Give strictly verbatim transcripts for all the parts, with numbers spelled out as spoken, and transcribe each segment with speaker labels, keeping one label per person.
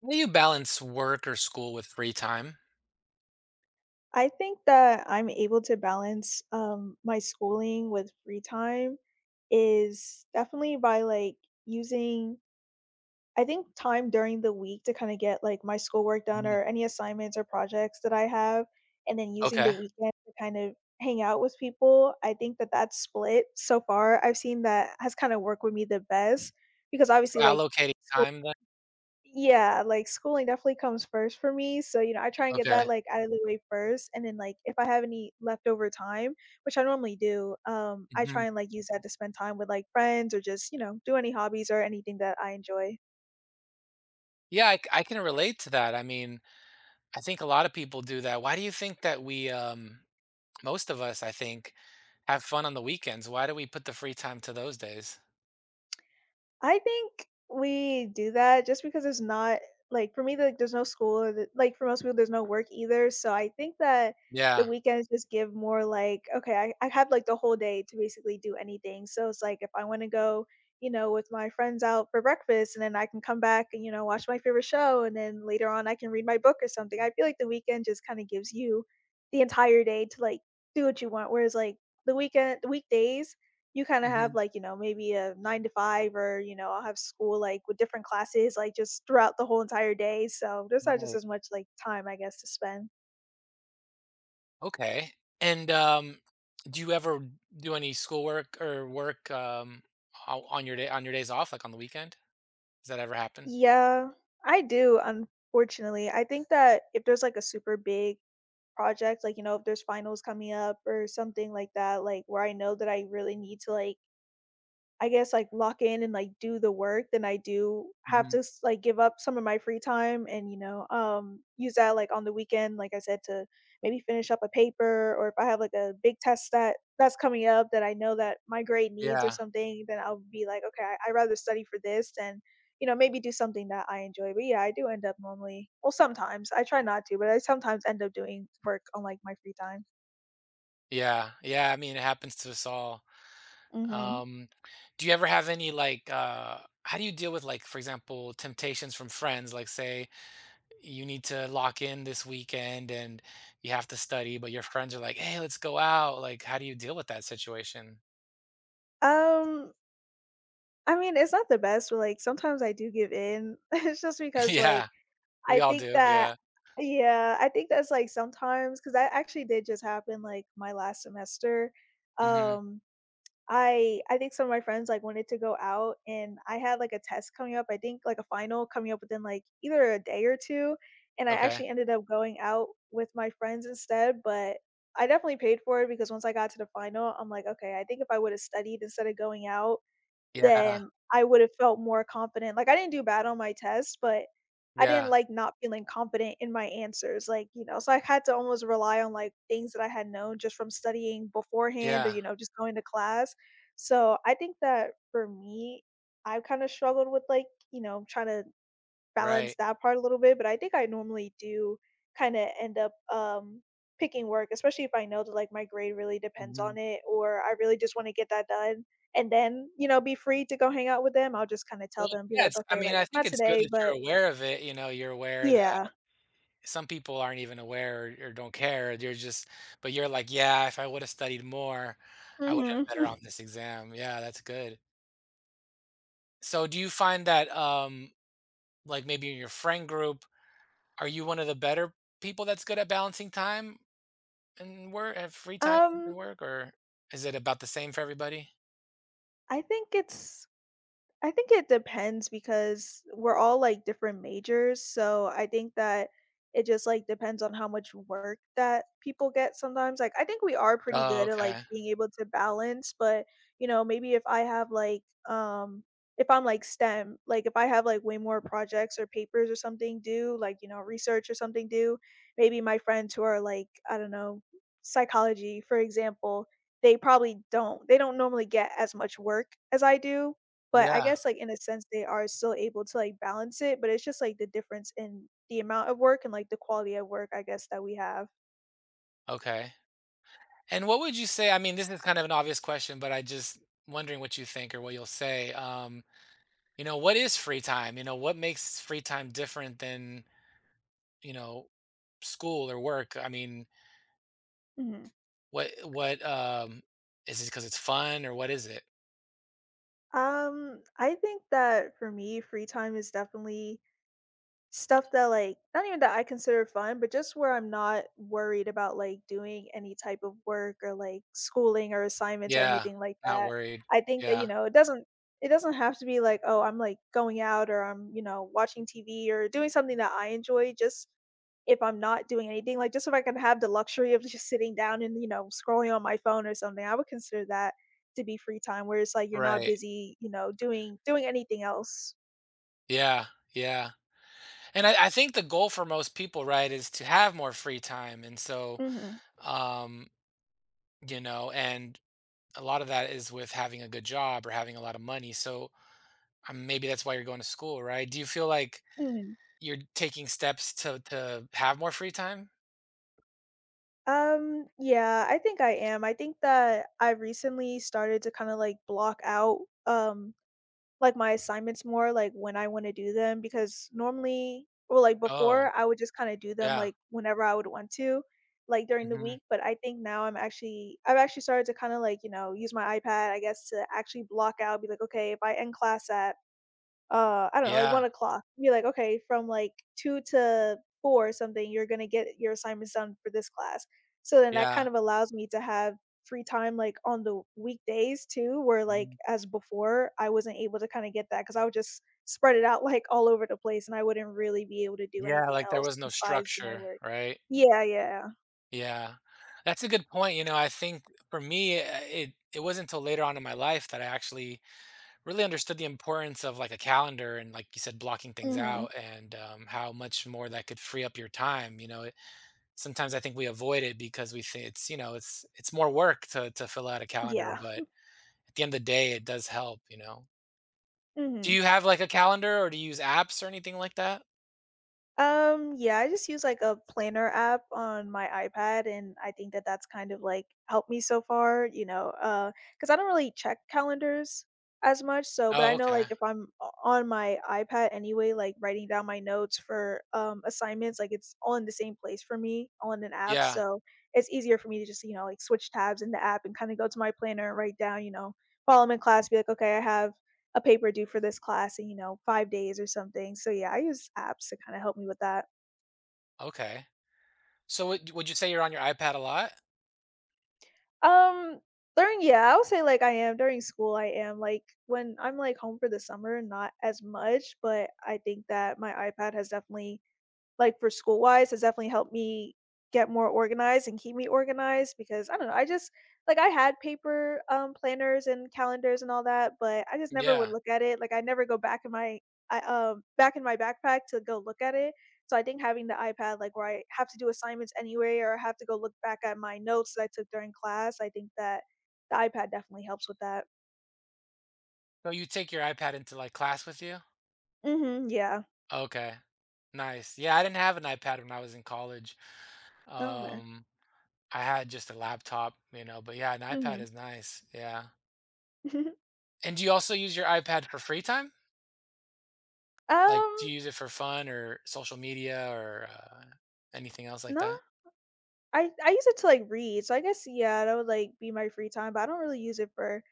Speaker 1: How do you balance work or school with free time?
Speaker 2: I think that I'm able to balance, um, my schooling with free time is definitely by, like, using I think time during the week to kinda get, like, my schoolwork done
Speaker 1: Mm,
Speaker 2: or any assignments or projects that I have, and then using
Speaker 1: okay.
Speaker 2: the weekend to kind of hang out with people. I think that that split so far, I've seen that has kinda worked with me the best because
Speaker 1: So
Speaker 2: obviously, like,
Speaker 1: allocating
Speaker 2: school
Speaker 1: time then?
Speaker 2: yeah, like, schooling definitely comes first for me, so, you know, I try and get
Speaker 1: Okay.
Speaker 2: that, like, out of the way first, and then, like, if I have any leftover time, which I normally do, um, I
Speaker 1: Mhm.
Speaker 2: try and, like, use that to spend time with, like, friends or just, you know, do any hobbies or anything that I enjoy.
Speaker 1: Yeah, I c I can relate to that. I mean, I think a lot of people do that. Why do you think that we, um most of us, I think, have fun on the weekends? Why do we put the free time to those days?
Speaker 2: I think we do that just because it's not like for me, like there's no school, or the, like for most people, there's no work either. So I think that the
Speaker 1: Yeah.
Speaker 2: weekends just give more like, okay, I, I have like the whole day to basically do anything. So it's like if I want to go, you know, with my friends out for breakfast and then I can come back and, you know, watch my favorite show. And then later on, I can read my book or something. I feel like the weekend just kind of gives you the entire day to like do what you want. Whereas like the weekend, the weekdays, you kind of have
Speaker 1: Mhm.
Speaker 2: like you know maybe a nine to five or you know I'll have school like with different classes like just throughout the whole entire day so there's not just
Speaker 1: Right.
Speaker 2: as much like time I guess to spend
Speaker 1: Okay. And, um, do you ever do any schoolwork or work, um, o on your day on your days off, like, on the weekend? Does that ever happen?
Speaker 2: yeah I do unfortunately I think that if there's like a super big project like you know if there's finals coming up or something like that like where I know that I really need to like I guess, like, lock in and, like, do the work, then I do have
Speaker 1: Mhm.
Speaker 2: to s like, give up some of my free time and, you know, um, use that, like, on the weekend, like I said, to maybe finish up a paper or if I have, like, a big test that that's coming up that I know that my grade needs or
Speaker 1: Yeah.
Speaker 2: something, then I'll be like, "Okay, I I'd rather study for this than," you know, maybe do something that I enjoy, but, yeah, I do end up normally well, sometimes, I try not to, but I sometimes end up doing work on, like, my free time.
Speaker 1: Yeah, yeah, I mean, it happens to us all.
Speaker 2: Mhm.
Speaker 1: Um, do you ever have any like uh how do you deal with like, for example, temptations from friends, like, say you need to lock in this weekend and you have to study, but your friends are like, "Hey, let's go out." Like, how do you deal with that situation?
Speaker 2: Um, I mean, it's not the best, but, like, sometimes I do give in. It's just because,
Speaker 1: Yeah,
Speaker 2: like,
Speaker 1: we
Speaker 2: I
Speaker 1: all
Speaker 2: think
Speaker 1: do.
Speaker 2: that
Speaker 1: Yeah.
Speaker 2: yeah, I think that's, like, sometimes. Because that actually did just happen, like, my last semester.
Speaker 1: Mhm.
Speaker 2: Um, I I think some of my friends, like, wanted to go out, and I had, like, a test coming up, I think, like, a final coming up within, like, either a day or two, and I
Speaker 1: Okay.
Speaker 2: actually ended up going out with my friends instead, but I definitely paid for it because once I got to the final, I'm like, "Okay, I think if I would've studied instead of going out,
Speaker 1: Yeah.
Speaker 2: then I would have felt more confident. Like, I didn't do bad on my test, but I didn't
Speaker 1: Yeah.
Speaker 2: like not feeling confident in my answers. Like, you know, so I had to almost rely on like things that I had known just from studying beforehand or,
Speaker 1: Yeah.
Speaker 2: you know, just going to class. So I think that for me, I've kind of struggled with like, you know, trying to balance
Speaker 1: Right.
Speaker 2: that part a little bit, but I think I normally do kind of end up um picking work, especially if I know that like my grade really depends
Speaker 1: Mhm.
Speaker 2: on it or I really just want to get that done and then, you know, be free to go hang out with them. I'll just kind of
Speaker 1: Well,
Speaker 2: tell them be
Speaker 1: yeah,
Speaker 2: like,
Speaker 1: it's I
Speaker 2: "Okay,
Speaker 1: mean,
Speaker 2: like
Speaker 1: I think
Speaker 2: not
Speaker 1: it's good
Speaker 2: today,
Speaker 1: that you're
Speaker 2: but
Speaker 1: aware of it, you know, you're aware that
Speaker 2: yeah."
Speaker 1: some people aren't even aware or, or don't care. You're just, but you're like, yeah, if I would have studied more, I would have
Speaker 2: Mhm.
Speaker 1: been better on this exam. Yeah, that's good. So do you find that, um, like maybe in your friend group, are you one of the better people that's good at balancing time and work and free time and
Speaker 2: um
Speaker 1: work, or is it about the same for everybody?
Speaker 2: I think it's I think it depends because we're all like different majors. So I think that it just like depends on how much work that people get sometimes. Like I think we are pretty
Speaker 1: Oh,
Speaker 2: good at like
Speaker 1: okay.
Speaker 2: being able to balance, but you know, maybe if I have like um if I'm like STEM, like if I have like way more projects or papers or something due, like you know, research or something due, maybe my friends who are like, I don't know, psychology, for example, they probably don't they don't normally get as much work as I do but I
Speaker 1: Yeah.
Speaker 2: guess, like, in a sense, they are still able to, like, balance it, but it's just, like, the difference in the amount of work and, like, the quality of work, I guess, that we have.
Speaker 1: Okay. And what would you say? I mean, this is kind of an obvious question, but I just wondering what you think or what you'll say. Um, you know, what is free time? You know, what makes free time different than, you know, school or work? I mean,
Speaker 2: Mhm.
Speaker 1: what what um is it because it's fun, or what is it?
Speaker 2: Um, I think that for me, free time is definitely stuff that, like not even that I consider fun, but just where I'm not worried about, like, doing any type of work or, like, schooling or assignments or
Speaker 1: Yeah,
Speaker 2: anything like
Speaker 1: not
Speaker 2: that.
Speaker 1: worried.
Speaker 2: I think that,
Speaker 1: Yeah.
Speaker 2: you know, it doesn't it doesn't have to be like, "Oh, I'm, like, going out or I'm, you know, watching T V or doing something that I enjoy," just if I'm not doing anything, like, just if I can have the luxury of just sitting down and, you know, scrolling on my phone or something, I would consider that to be free time where it's like you're not
Speaker 1: Right.
Speaker 2: busy, you know, doing doing anything else.
Speaker 1: Yeah. Yeah. And I, I think the goal for most people, right, is to have more free time. And so,
Speaker 2: Mhm,
Speaker 1: um, you know, and a lot of that is with having a good job or having a lot of money. So, um, maybe that's why you're going to school, right? Do you feel like
Speaker 2: mhm.
Speaker 1: you're taking steps to to have more free time?
Speaker 2: Um, yeah, I think I am. I think that I recently started to kind of like block out um like my assignments more like when I want to do them because normally or like
Speaker 1: Oh,
Speaker 2: before I would just kind of do them
Speaker 1: yeah.
Speaker 2: like whenever I would want to like during the
Speaker 1: Mhm.
Speaker 2: week, but I think now I'm actually I've actually started to kind of like, you know, use my iPad, I guess, to actually block out be like, okay, if I end class at uh, I don't know, like
Speaker 1: Yeah,
Speaker 2: one. You're like, "Okay, from, like, two to four or something, you're gonna get your assignments done for this class." So then that
Speaker 1: yeah.
Speaker 2: kind of allows me to have free time, like, on the weekdays too, where, like,
Speaker 1: Mhm.
Speaker 2: as before, I wasn't able to kinda get that because I would just spread it out, like, all over the place, and I wouldn't really be able to do
Speaker 1: Yeah,
Speaker 2: anything
Speaker 1: like, there
Speaker 2: else
Speaker 1: was no
Speaker 2: besides do my
Speaker 1: structure,
Speaker 2: work.
Speaker 1: right?
Speaker 2: Yeah, yeah.
Speaker 1: Yeah. That's a good point. You know, I think for me, uh, it it wasn't until later on in my life that I actually really understood the importance of like a calendar, and like you said, blocking things
Speaker 2: Mhm.
Speaker 1: out. And um, how much more that could free up your time, you know, it, sometimes I think we avoid it because we think it's, you know, it's it's more work to to fill out a calendar.
Speaker 2: Yeah.
Speaker 1: But at the end of the day, it does help, you know. Do
Speaker 2: Mhm.
Speaker 1: you have like a calendar, or do you use apps or anything like that?
Speaker 2: Um, yeah, I just use, like, a planner app on my iPad, and I think that that's kind of, like, helped me so far, you know, uh, because I don't really check calendars as much, so but
Speaker 1: Oh,
Speaker 2: I know,
Speaker 1: okay.
Speaker 2: like, if I'm o on my iPad anyway, like, writing down my notes for, um, assignments, like, it's all in the same place for me all in an app,
Speaker 1: Yeah.
Speaker 2: so it's easier for me to just, you know, like, switch tabs in the app and kinda go to my planner and write down, you know, while I'm in class, be like, "Okay, I have a paper due for this class in, you know, five days or something." So, yeah, I use apps to kinda help me with that.
Speaker 1: Okay. So would would you say you're on your iPad a lot?
Speaker 2: Um, during yeah, I would say, like, I am during school, I am, like when I'm, like, home for the summer, not as much, but I think that my iPad has definitely like, for school wise, has definitely helped me get more organized and keep me organized because I don't know, I just like, I had paper, um, planners and calendars and all that, but I just never would
Speaker 1: Yeah.
Speaker 2: look at it, like, I never go back in my I, um, back in my backpack to go look at it, so I think having the iPad, like, where I have to do assignments anyway or I have to go look back at my notes that I took during class, I think that the iPad definitely helps with that.
Speaker 1: So you take your iPad into, like, class with you?
Speaker 2: Mhm, yeah.
Speaker 1: Okay. Nice. Yeah, I didn't have an iPad when I was in college.
Speaker 2: Oh, okay.
Speaker 1: Um, I had just a laptop, you know, but yeah, an iPad
Speaker 2: Mhm.
Speaker 1: is nice, yeah. And do you also use your iPad for free time? Like, do
Speaker 2: Um,
Speaker 1: you use it for fun or social media, or uh, anything else like
Speaker 2: no
Speaker 1: that?
Speaker 2: I I use it to, like, read, so I guess, yeah, that would, like, be my free time, but I don't really use it for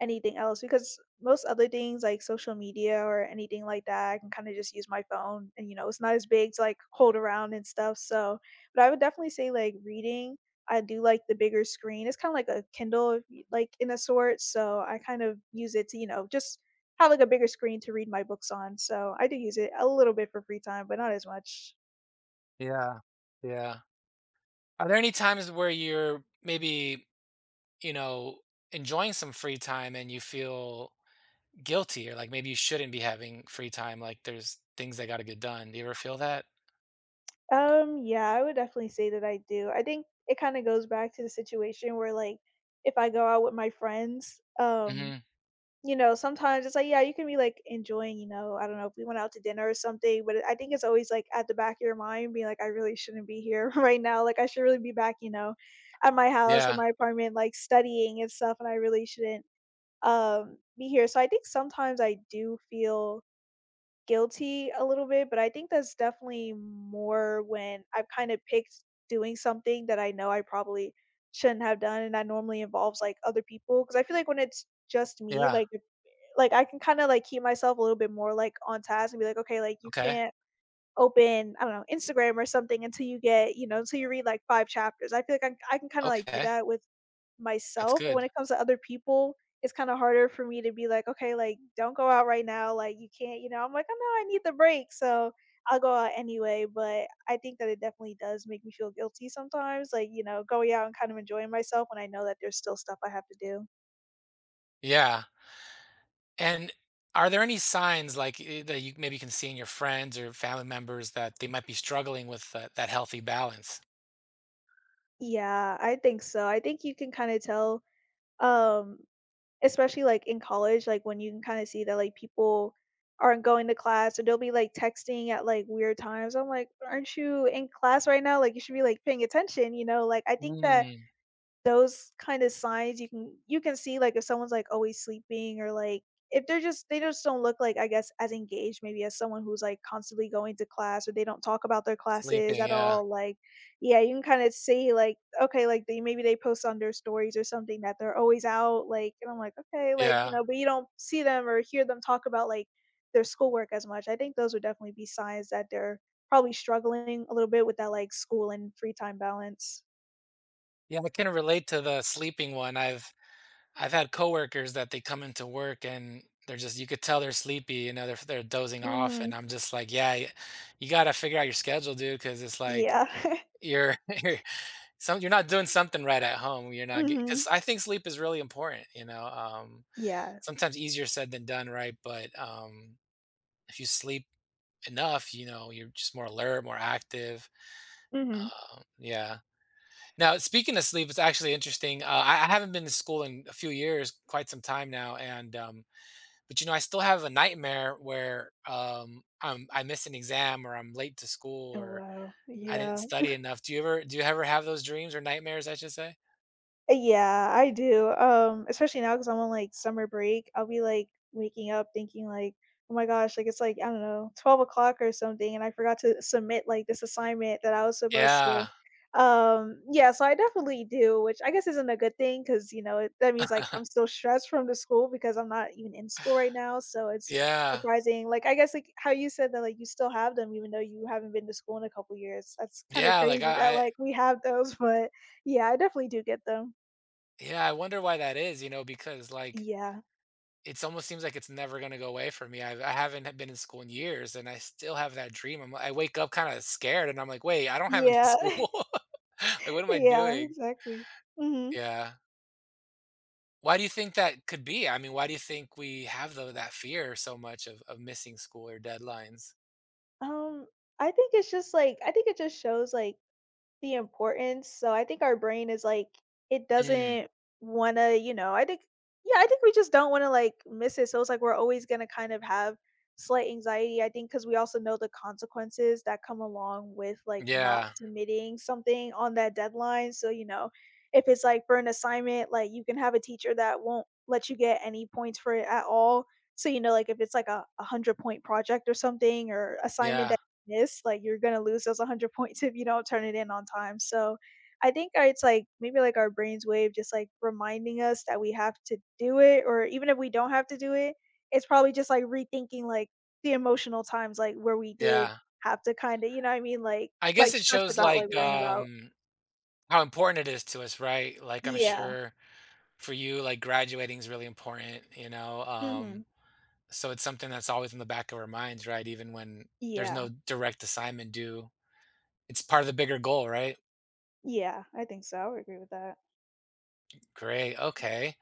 Speaker 2: anything else because most other things, like social media or anything like that, I can kinda just use my phone and, you know, it's not as big to, like, hold around and stuff, so but I would definitely say, like, reading, I do like the bigger screen, it's kinda like a Kindle, if you like, in a sort, so I kind of use it to, you know, just have, like, a bigger screen to read my books on, so I do use it a little bit for free time, but not as much.
Speaker 1: Yeah. Yeah. Are there any times where you're maybe, you know, enjoying some free time and you feel guilty, or like maybe you shouldn't be having free time? Like, there's things that got to get done. Do you ever feel that?
Speaker 2: Um, yeah, I would definitely say that I do. I think it kind of goes back to the situation where like if I go out with my friends, um,
Speaker 1: Hmm.
Speaker 2: you know, sometimes it's like, yeah, you can be like enjoying, you know, I don't know if we went out to dinner or something, but I think it's always like at the back of your mind being like, I really shouldn't be here right now. Like I should really be back, you know, at my house or
Speaker 1: Yeah.
Speaker 2: my apartment, like studying and stuff, and I really shouldn't um be here. So I think sometimes I do feel guilty a little bit, but I think that's definitely more when I've kind of picked doing something that I know I probably shouldn't have done, and that normally involves, like, other people. Because I feel like when it's just me,
Speaker 1: Yeah.
Speaker 2: like, if like, I can kinda, like, keep myself a little bit more, like, on task and be like, "Okay, like, you
Speaker 1: Okay.
Speaker 2: can't" open, I don't know, Instagram or something until you get, you know, until you read like five chapters. I feel like I I can kinda like do
Speaker 1: Okay.
Speaker 2: that with
Speaker 1: That's
Speaker 2: myself, but
Speaker 1: good.
Speaker 2: when it comes to other people, it's kinda harder for me to be like, "Okay, like, don't go out right now, like, you can't," you know, I'm like, oh no, I need the break," so I'll go out anyway, but I think that it definitely does make me feel guilty sometimes, like, you know, going out and kind of enjoying myself when I know that there's still stuff I have to do.
Speaker 1: Yeah. And are there any signs like eh, that you maybe can see in your friends or family members that they might be struggling with that, that healthy balance?
Speaker 2: Yeah, I think so. I think you can kinda tell, um especially, like, in college, like, when you can kinda see that, like, people aren't going to class or they'll be, like, texting at, like, weird times. I'm like, "Aren't you in class right now? Like, you should be, like, paying attention," you know? Like, I think that
Speaker 1: Mm,
Speaker 2: those kind of signs you can you can see, like, if someone's, like, always sleeping or, like, if they're just they just don't look like, I guess, as engaged maybe as someone who's, like, constantly going to class or they don't talk about their classes
Speaker 1: sleeping.
Speaker 2: at
Speaker 1: Yeah.
Speaker 2: all, like, yeah, you can kinda see, like, okay, like, they maybe they post on their stories or something that they're always out, like and I'm like, "Okay," like, you
Speaker 1: Yeah.
Speaker 2: know, but you don't see them or hear them talk about, like, their schoolwork as much. I think those would definitely be signs that they're probably struggling a little bit with that, like, school and free time balance.
Speaker 1: Yeah. I can relate to the sleeping one. I've, I've had coworkers that they come into work, and they're just you could tell they're sleepy, you know, they're they're dozing off, and
Speaker 2: Mhm.
Speaker 1: I'm just like, "Yeah, y- you got to figure out your schedule, dude," because it's like
Speaker 2: Yeah.
Speaker 1: you're you're some you're not doing something right at home. You're not because
Speaker 2: Mhm.
Speaker 1: I think sleep is really important, you know. Um,
Speaker 2: Yeah.
Speaker 1: sometimes easier said than done, right? But um, if you sleep enough, you know, you're just more alert, more active.
Speaker 2: Mhm.
Speaker 1: Um, yeah. Now, speaking of sleep, it's actually interesting. Uh, I, I haven't been to school in a few years, quite some time now, and um, but, you know, I still have a nightmare where, um, I'm I miss an exam, or I'm late to school,
Speaker 2: Oh,
Speaker 1: or
Speaker 2: wow.
Speaker 1: I didn't
Speaker 2: Yeah.
Speaker 1: study enough. Do you ever do you ever have those dreams or nightmares, I should say?
Speaker 2: Uh, yeah, I do, um, especially now because 'cause I'm on, like, summer break, I'll be, like, waking up thinking, like, "Oh my gosh," like, it's, like, I don't know, twelve o'clock or something, and I forgot to submit, like, this assignment that I was supposed to.
Speaker 1: Yeah.
Speaker 2: Um, yeah, so I definitely do, which I guess isn't a good thing because you know, it that means, like, I'm still stressed from the school because I'm not even in school right now, so it's
Speaker 1: Yeah.
Speaker 2: surprising. Like, I guess, like, how you said that, like, you still have them even though you haven't been to school in a couple years. That's kinda
Speaker 1: Yeah, like,
Speaker 2: crazy that,
Speaker 1: I I
Speaker 2: like, we have those, but yeah, I definitely do get them.
Speaker 1: yeah, I wonder why that is, you know, because, like,
Speaker 2: Yeah.
Speaker 1: it's almost seems like it's never gonna go away for me. I've I haven't had been in school in years, and I still have that dream. I'm I wake up kinda scared, and I'm like, "Wait, I don't have any
Speaker 2: Yeah.
Speaker 1: school." Like, what am I
Speaker 2: Yeah,
Speaker 1: doing?
Speaker 2: exactly. Mhm.
Speaker 1: Yeah. Why do you think that could be? I mean, why do you think we have tho that fear so much of of missing school or deadlines?
Speaker 2: Um, I think it's just, like I think it just shows, like, the importance, so I think our brain is like it
Speaker 1: Mm,
Speaker 2: doesn't wanna, you know, I think yeah, I think we just don't wanna, like, miss it, so it's like we're always gonna kind of have slight anxiety, I think because we also know the consequences that come along with, like, not
Speaker 1: yeah,
Speaker 2: submitting something on that deadline, so, you know, if it's, like, for an assignment, like, you can have a teacher that won't let you get any points for it at all, so, you know, like, if it's, like, a one hundred point project or something or assignment
Speaker 1: yeah,
Speaker 2: that miss, like, you're gonna lose those one hundred points if you don't turn it in on time, so, I think our it's, like, maybe, like, our brain's wave, just, like, reminding us that we have to do it, or even if we don't have to do it, it's probably just, like, rethinking, like, the emotional times, like, where we did
Speaker 1: yeah.
Speaker 2: have to kinda you know what I mean, like
Speaker 1: I
Speaker 2: like,
Speaker 1: guess it
Speaker 2: stressed
Speaker 1: shows,
Speaker 2: about, like,
Speaker 1: like,
Speaker 2: worrying about.
Speaker 1: um, how important it is to us, right? Like, I'm
Speaker 2: Yeah.
Speaker 1: sure for you, like, graduating is really important, you know,
Speaker 2: Mhm.
Speaker 1: um, so it's something that's always in the back of our minds, right? Even when there's no
Speaker 2: Yeah.
Speaker 1: direct assignment due. It's part of the bigger goal, right?
Speaker 2: Yeah, I think so, I would agree with that.
Speaker 1: Great, okay.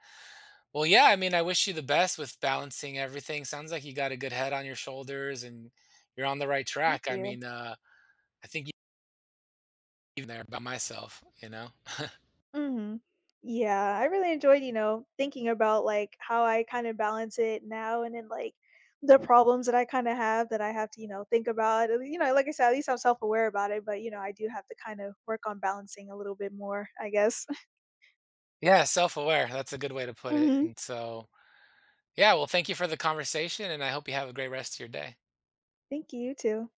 Speaker 1: Well, yeah, I mean, I wish you the best with balancing everything. Sounds like you got a good head on your shoulders, and you're on the right
Speaker 2: Thank
Speaker 1: track. I
Speaker 2: you.
Speaker 1: mean, uh, I think you even there by myself, you know?
Speaker 2: Mhm. Yeah, I really enjoyed, you know, thinking about, like, how I kinda balance it now and then, like, the problems that I kinda have that I have to, you know, think about, and, you know, like I said, at least I'm self-aware about it, but, you know, I do have to kind of work on balancing a little bit more, I guess.
Speaker 1: Yeah, self-aware. That's a good way to put it.
Speaker 2: Mhm.
Speaker 1: And so, yeah, well, thank you for the conversation, and I hope you have a great rest of your day.
Speaker 2: Thank you too.